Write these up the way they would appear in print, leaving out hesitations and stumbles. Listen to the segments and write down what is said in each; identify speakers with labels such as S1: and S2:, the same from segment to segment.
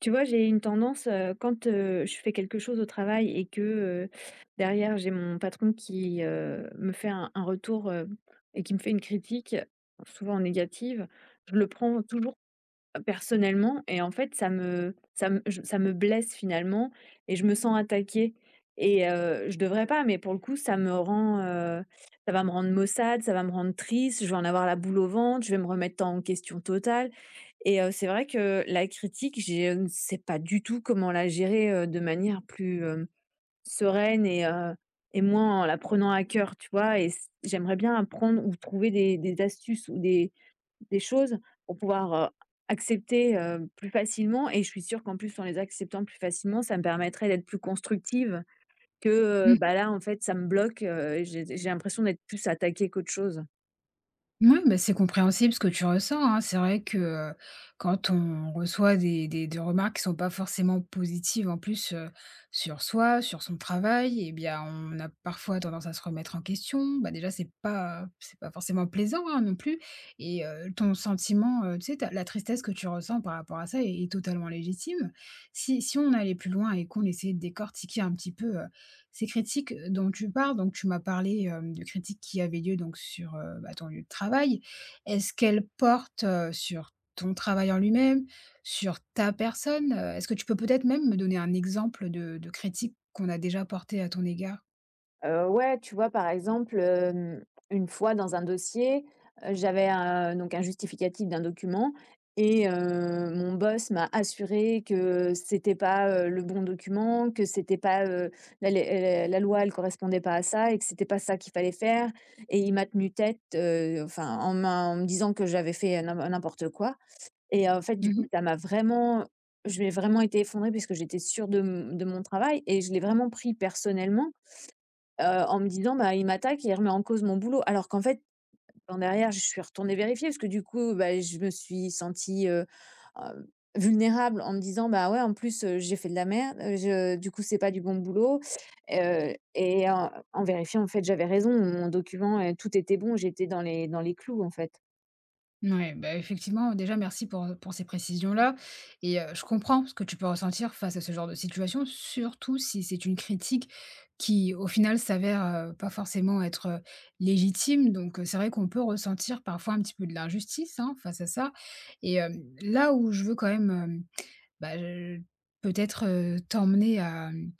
S1: Tu vois, j'ai une tendance, quand, je fais quelque chose au travail et que, derrière j'ai mon patron qui, me fait un retour, et qui me fait une critique, souvent négative, je le prends toujours personnellement et en fait ça me blesse finalement et je me sens attaquée et je devrais pas, mais pour le coup ça me rend, ça va me rendre maussade, ça va me rendre triste, je vais en avoir la boule au ventre, je vais me remettre en question totale. Et c'est vrai que la critique, j'ai je ne sais pas du tout comment la gérer, de manière plus, sereine et moins en la prenant à cœur, tu vois? Et c J'aimerais bien apprendre ou trouver des astuces ou des choses pour pouvoir, accepter, plus facilement, et je suis sûre qu'en plus, en les acceptant plus facilement, ça me permettrait d'être plus constructive que,
S2: Mmh.
S1: bah, là, en fait, ça me bloque, j'ai l'impression d'être plus attaquée qu'autre chose.
S2: Mouais, bah, c'est compréhensible ce que tu ressens, hein. C'est vrai que, quand on reçoit des remarques qui sont pas forcément positives en plus, sur soi, sur son travail et bien, on a parfois tendance à se remettre en question. Bah, déjà, c'est pas forcément plaisant, hein, non plus et ton sentiment, tu sais, ta la tristesse que tu ressens par rapport à ça est totalement légitime. Si on allait plus loin et qu'on essayait de décortiquer un petit peu ces critiques dont tu parles, donc tu m'as parlé, de critiques qui avaient lieu donc sur, bah, ton lieu de travail. Est-ce qu'elles portent, sur ton travail en lui-même, sur ta personne? Est-ce que tu peux peut-être même me donner un exemple de critiques qu'on a déjà portées à ton égard?
S1: Ouais, tu vois, par exemple, une fois dans un dossier, j'avais un donc un justificatif d'un document, et mon boss m'a assuré que c'était pas, le bon document, que c'était pas, la loi elle correspondait pas à ça et que c'était pas ça qu'il fallait faire, et il m'a tenu tête, enfin en m'a en me disant que j'avais fait n'importe quoi. Et en fait, du coup, ça m'a vraiment, je l'ai vraiment été effondrée puisque j'étais sûre de mon travail et je l'ai vraiment pris personnellement, en me disant: «Bah, il m'attaque et il remet en cause mon boulot». Alors qu'en fait, en derrière, je suis retournée vérifier parce que du coup, bah, je me suis sentie, hem, vulnérable, en me disant: «Bah, ouais, en plus, j'ai fait de la merde, je du coup, c'est pas du bon boulot». Et en vérifiant, en fait, j'avais raison. Mon document, tout était bon. J'étais dans les clous, en fait.
S2: Ouais, bah, effectivement, déjà, merci pour ces précisions-là et je comprends ce que tu peux ressentir face à ce genre de situation, surtout si c'est une critique qui, au final, s'avère, pas forcément être, légitime. Donc c'est vrai qu'on peut ressentir parfois un petit peu de l'injustice, hein, face à ça et là où je veux quand même, bah, je peut-être, t'emmener à,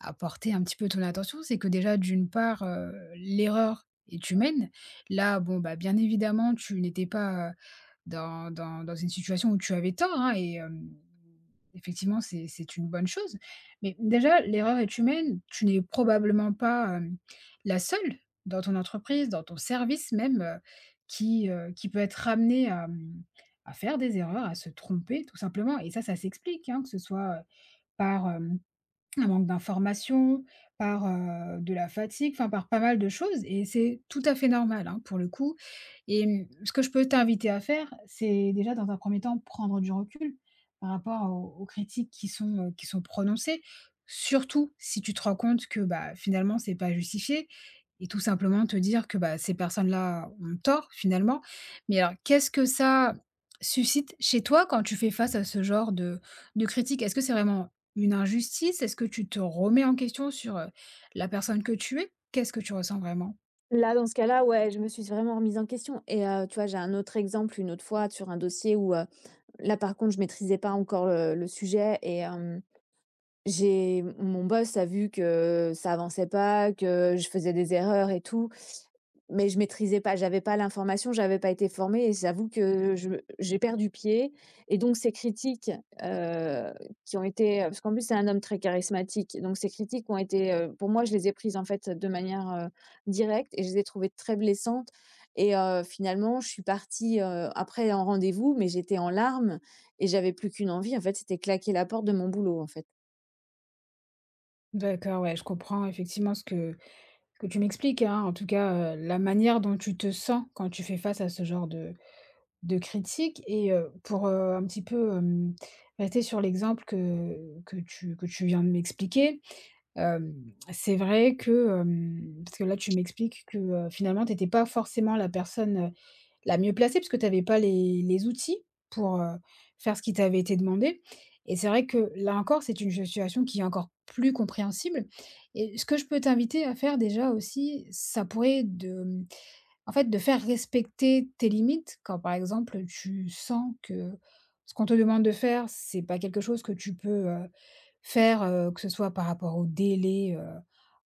S2: à porter un petit peu ton attention. C'est que déjà d'une part, l'erreur est humaine. Là, bon, bah, bien évidemment, tu n'étais pas, dans une situation où tu avais tort, hein et effectivement, c'est une bonne chose. Mais déjà, l'erreur est humaine. Tu n'es probablement pas, la seule dans ton entreprise, dans ton service même, qui peut être ramenée à, à faire des erreurs, à se tromper tout simplement et ça s'explique, hein, que ce soit, par, un manque d'information, par, de la fatigue, enfin par pas mal de choses et c'est tout à fait normal, hein, pour le coup et ce que je peux t'inviter à faire, c'est déjà dans un premier temps prendre du recul par rapport aux critiques qui sont prononcées. Surtout si tu te rends compte que, bah, finalement c'est pas justifié et tout simplement te dire que, bah, ces personnes-là ont tort finalement. Mais alors qu'est-ce que ça suscite chez toi quand tu fais face à ce genre de critiques? Est-ce que c'est vraiment une injustice? Est-ce que tu te remets en question sur, la personne que tu es? Qu'est-ce que tu ressens vraiment?
S1: Là, dans ce cas-là, ouais, je me suis vraiment remise en question. Et tu vois, j'ai un autre exemple, une autre fois, sur un dossier où, là, par contre, je maîtrisais pas encore le sujet, et j'ai mon boss a vu que ça avançait pas, que je faisais des erreurs et tout, mais je maîtrisais pas, j'avais pas l'information, j'avais pas été formée et j'avoue que je j'ai perdu pied. Et donc ces critiques, heu, qui ont été, parce qu'en plus c'est un homme très charismatique, donc ces critiques ont été, heu, pour moi je les ai prises en fait de manière, directe, et je les ai trouvées très blessantes. Et finalement je suis partie, après en rendez-vous, mais j'étais en larmes, et j'avais plus qu'une envie en fait, c'était claquer la porte de mon boulot en fait.
S2: D'accord, ouais, je comprends effectivement ce que tu m'expliques, hein, en tout cas, la manière dont tu te sens quand tu fais face à ce genre de critiques et pour, un petit peu, rester sur l'exemple que tu viens de m'expliquer, hem, c'est vrai que, parce que là, tu m'expliques que, finalement, tu étais pas forcément la personne la mieux placée, parce que tu avais pas les outils pour, faire ce qui t'avait été demandé et c'est vrai que, là encore, c'est une situation qui est encore plus compréhensible et ce que je peux t'inviter à faire déjà aussi, ça pourrait de en fait, de faire respecter tes limites quand, par exemple, tu sens que ce qu'on te demande de faire, c'est pas quelque chose que tu peux, faire, que ce soit par rapport au délai,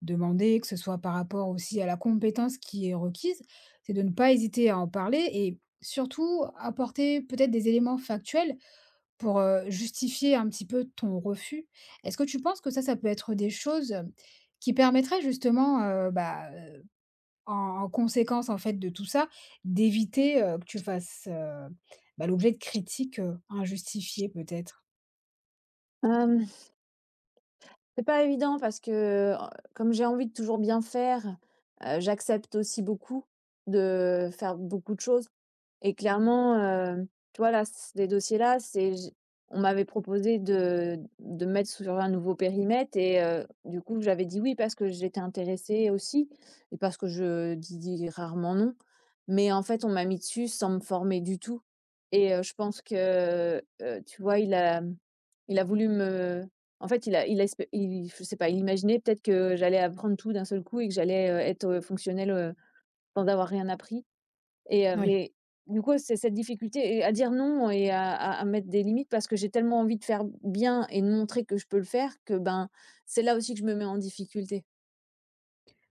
S2: demandé, que ce soit par rapport aussi à la compétence qui est requise. C'est de ne pas hésiter à en parler et surtout apporter peut-être des éléments factuels pour, justifier un petit peu ton refus. Est-ce que tu penses que ça peut être des choses qui permettraient justement, bah, en en conséquence, en fait, de tout ça, d'éviter, que tu fasses, bah, l'objet de critiques, injustifiées peut-être?
S1: Hem, c'est pas évident parce que, heu, comme j'ai envie de toujours bien faire, j'accepte aussi beaucoup de faire beaucoup de choses. Et clairement, tu vois, là, les dossiers-là, c'est j on m'avait proposé de me mettre sur un nouveau périmètre, et du coup, j'avais dit oui parce que j'étais intéressée aussi, et parce que je dis rarement non. Mais en fait, on m'a mis dessus sans me former du tout, et je pense que, tu vois, il a voulu me, en fait, il a esp il je sais pas, il imaginait peut-être que j'allais apprendre tout d'un seul coup et que j'allais, être, fonctionnelle, sans avoir rien appris. Et heu,
S2: Oui.
S1: mais du coup, c'est cette difficulté et à dire non et à mettre des limites parce que j'ai tellement envie de faire bien et de montrer que je peux le faire que, ben, c'est là aussi que je me mets en difficulté.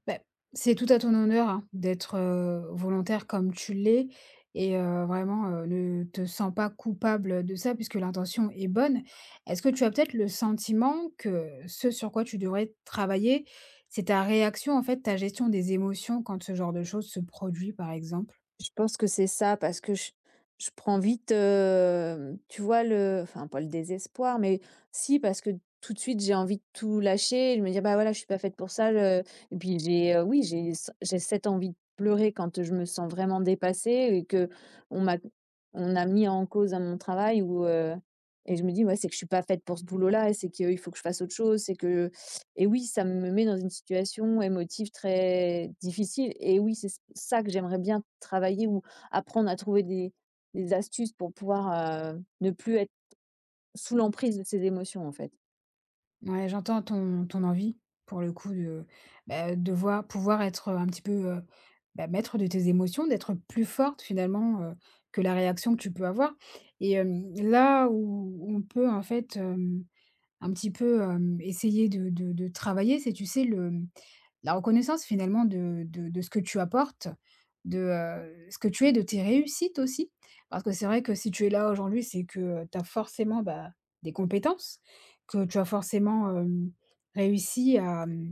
S2: Beh, c'est tout à ton honneur, hein, d'être, volontaire comme tu l'es et vraiment, ne te sens pas coupable de ça puisque l'intention est bonne. Est-ce que tu as peut-être le sentiment que ce sur quoi tu devrais travailler, c'est ta réaction, en fait, ta gestion des émotions quand ce genre de choses se produit, par exemple?
S1: Je pense que c'est ça parce que je prends vite, tu vois, le enfin pas le désespoir, mais si, parce que tout de suite j'ai envie de tout lâcher et de me dis: «Bah voilà, je suis pas faite pour ça,» et puis j'ai, oui, j'ai ce j'ai cette envie de pleurer quand je me sens vraiment dépassée et que on m'a on a mis en cause à mon travail ou, heu, et je me dis: «Ouais, c'est que je suis pas faite pour ce boulot-là et c'est qu'il faut que je fasse autre chose, c'est que». Et oui, ça me met dans une situation émotive très difficile, et oui, c'est ça que j'aimerais bien travailler ou apprendre à trouver des astuces pour pouvoir, ne plus être sous l'emprise de ces émotions, en fait.
S2: Ouais, j'entends ton envie, pour le coup, de, bah, de voir pouvoir être, un petit peu, bah, maître de tes émotions, d'être plus forte finalement, que la réaction que tu peux avoir et là où on peut en fait, un petit peu, essayer de travailler, c'est tu sais le la reconnaissance finalement de ce que tu apportes, de, ce que tu es, de tes réussites aussi. Parce que c'est vrai que si tu es là aujourd'hui, c'est que, tu as forcément, bah, des compétences, que tu as forcément, réussi à,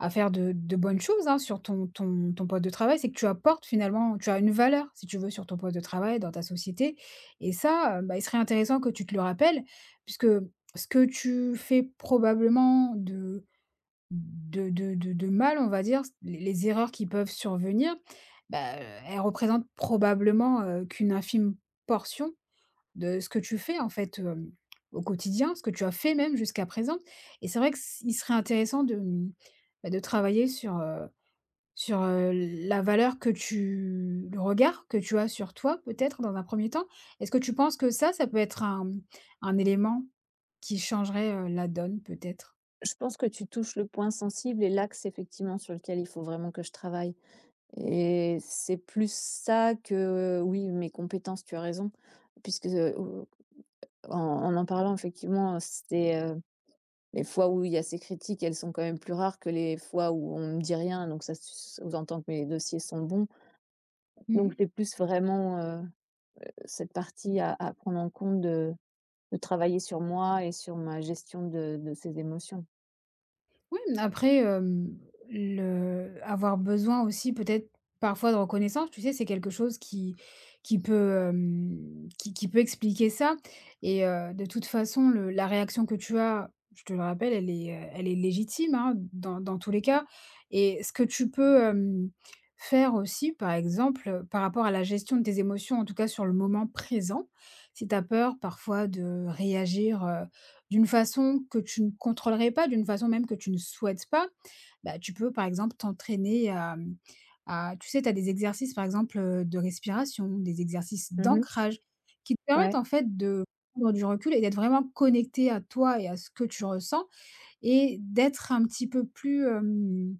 S2: à faire de bonnes choses, hein, sur ton poste de travail. C'est que tu apportes finalement, tu as une valeur, si tu veux, sur ton poste de travail, dans ta société et ça, bah, il serait intéressant que tu te le rappelles puisque ce que tu fais probablement de mal, on va dire, les erreurs qui peuvent survenir, bah, elles représentent probablement, qu'une infime portion de ce que tu fais, en fait, au quotidien, ce que tu as fait même jusqu'à présent et c'est vrai que il serait intéressant de, bah, de travailler sur, sur, la valeur que tu le regard que tu as sur toi, peut-être, dans un premier temps. Est-ce que tu penses que ça peut être un, un élément qui changerait, la donne, peut-être?
S1: Je pense que tu touches le point sensible et l'axe effectivement sur lequel il faut vraiment que je travaille, et c'est plus ça que, oui, mes compétences, tu as raison, puisque, en parlant effectivement, c'était, les fois où il y a ces critiques, elles sont quand même plus rares que les fois où on me dit rien, donc ça sous-entend que mes dossiers sont bons. Donc
S2: Mmh.
S1: c'est plus vraiment, cette partie à prendre en compte, de travailler sur moi et sur ma gestion de ces émotions.
S2: Oui, mais après, le avoir besoin aussi peut-être parfois de reconnaissance, tu sais, c'est quelque chose qui peut, qui peut expliquer ça et de toute façon, le la réaction que tu as, je te le rappelle, elle est légitime, hein, dans tous les cas et ce que tu peux, faire aussi, par exemple, par rapport à la gestion de tes émotions, en tout cas sur le moment présent, si tu as peur parfois de réagir, d'une façon que tu ne contrôlerais pas, d'une façon même que tu ne souhaites pas, bah, tu peux par exemple t'entraîner à, à tu sais, tu as des exercices par exemple, de respiration, des exercices
S1: Mmh.
S2: d'ancrage qui te permettent
S1: Ouais.
S2: en fait de prendre du recul et d'être vraiment connecté à toi et à ce que tu ressens et d'être un petit peu plus,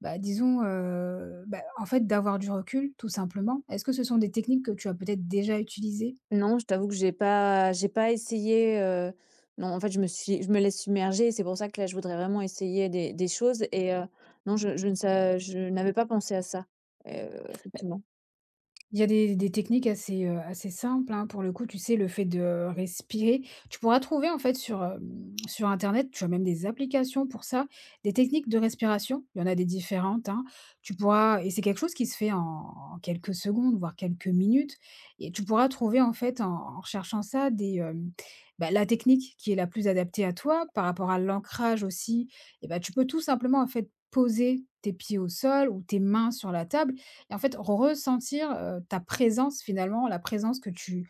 S2: bah, disons, bah, en fait d'avoir du recul tout simplement. Est-ce que ce sont des techniques que tu as peut-être déjà utilisées?
S1: Non, je t'avoue que j'ai pas essayé, non, en fait, je me laisse submerger, et c'est pour ça que là, je voudrais vraiment essayer des choses. Et non, je ne sa je n'avais pas pensé à ça, effectivement.
S2: Il y a des techniques assez, assez simples, hein, pour le coup, tu sais, le fait de respirer. Tu pourras trouver, en fait, sur, sur internet, tu as même des applications pour ça, des techniques de respiration. Il y en a des différentes, hein. Tu pourras et c'est quelque chose qui se fait en en quelques secondes, voire quelques minutes et tu pourras trouver, en fait, en en recherchant ça, des, bah, la technique qui est la plus adaptée à toi par rapport à l'ancrage aussi et bah, tu peux tout simplement, en fait, poser tes pieds au sol ou tes mains sur la table et en fait, ressentir, ta présence finalement, la présence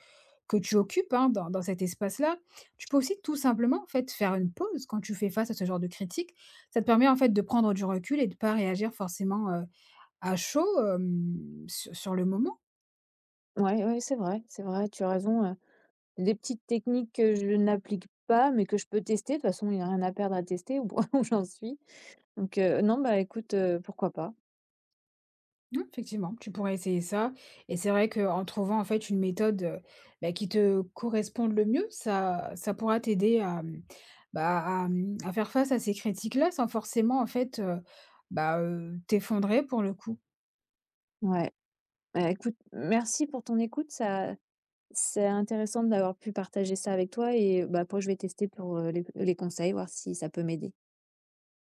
S2: que tu occupes, hein, dans cet espace-là. Tu peux aussi tout simplement, en fait, faire une pause quand tu fais face à ce genre de critique. Ça te permet, en fait, de prendre du recul et de pas réagir forcément, à chaud, su sur le moment.
S1: Ouais, ouais, c'est vrai, tu as raison, des petites techniques que je n'applique pas, mais que je peux tester. De toute façon, il n'y a rien à perdre à tester au point où j'en suis. Donc non, bah, écoute, pourquoi pas.
S2: Mmh, effectivement, tu pourrais essayer ça et c'est vrai qu'en trouvant, en fait, une méthode, bah, qui te corresponde le mieux, ça pourra t'aider à, bah, à, à faire face à ces critiques-là sans forcément, en fait, bah, t'effondrer pour le coup.
S1: Ouais, bah, écoute, merci pour ton écoute, ça c'est intéressant d'avoir pu partager ça avec toi, et bah, après je vais tester pour, les conseils, voir si ça peut m'aider.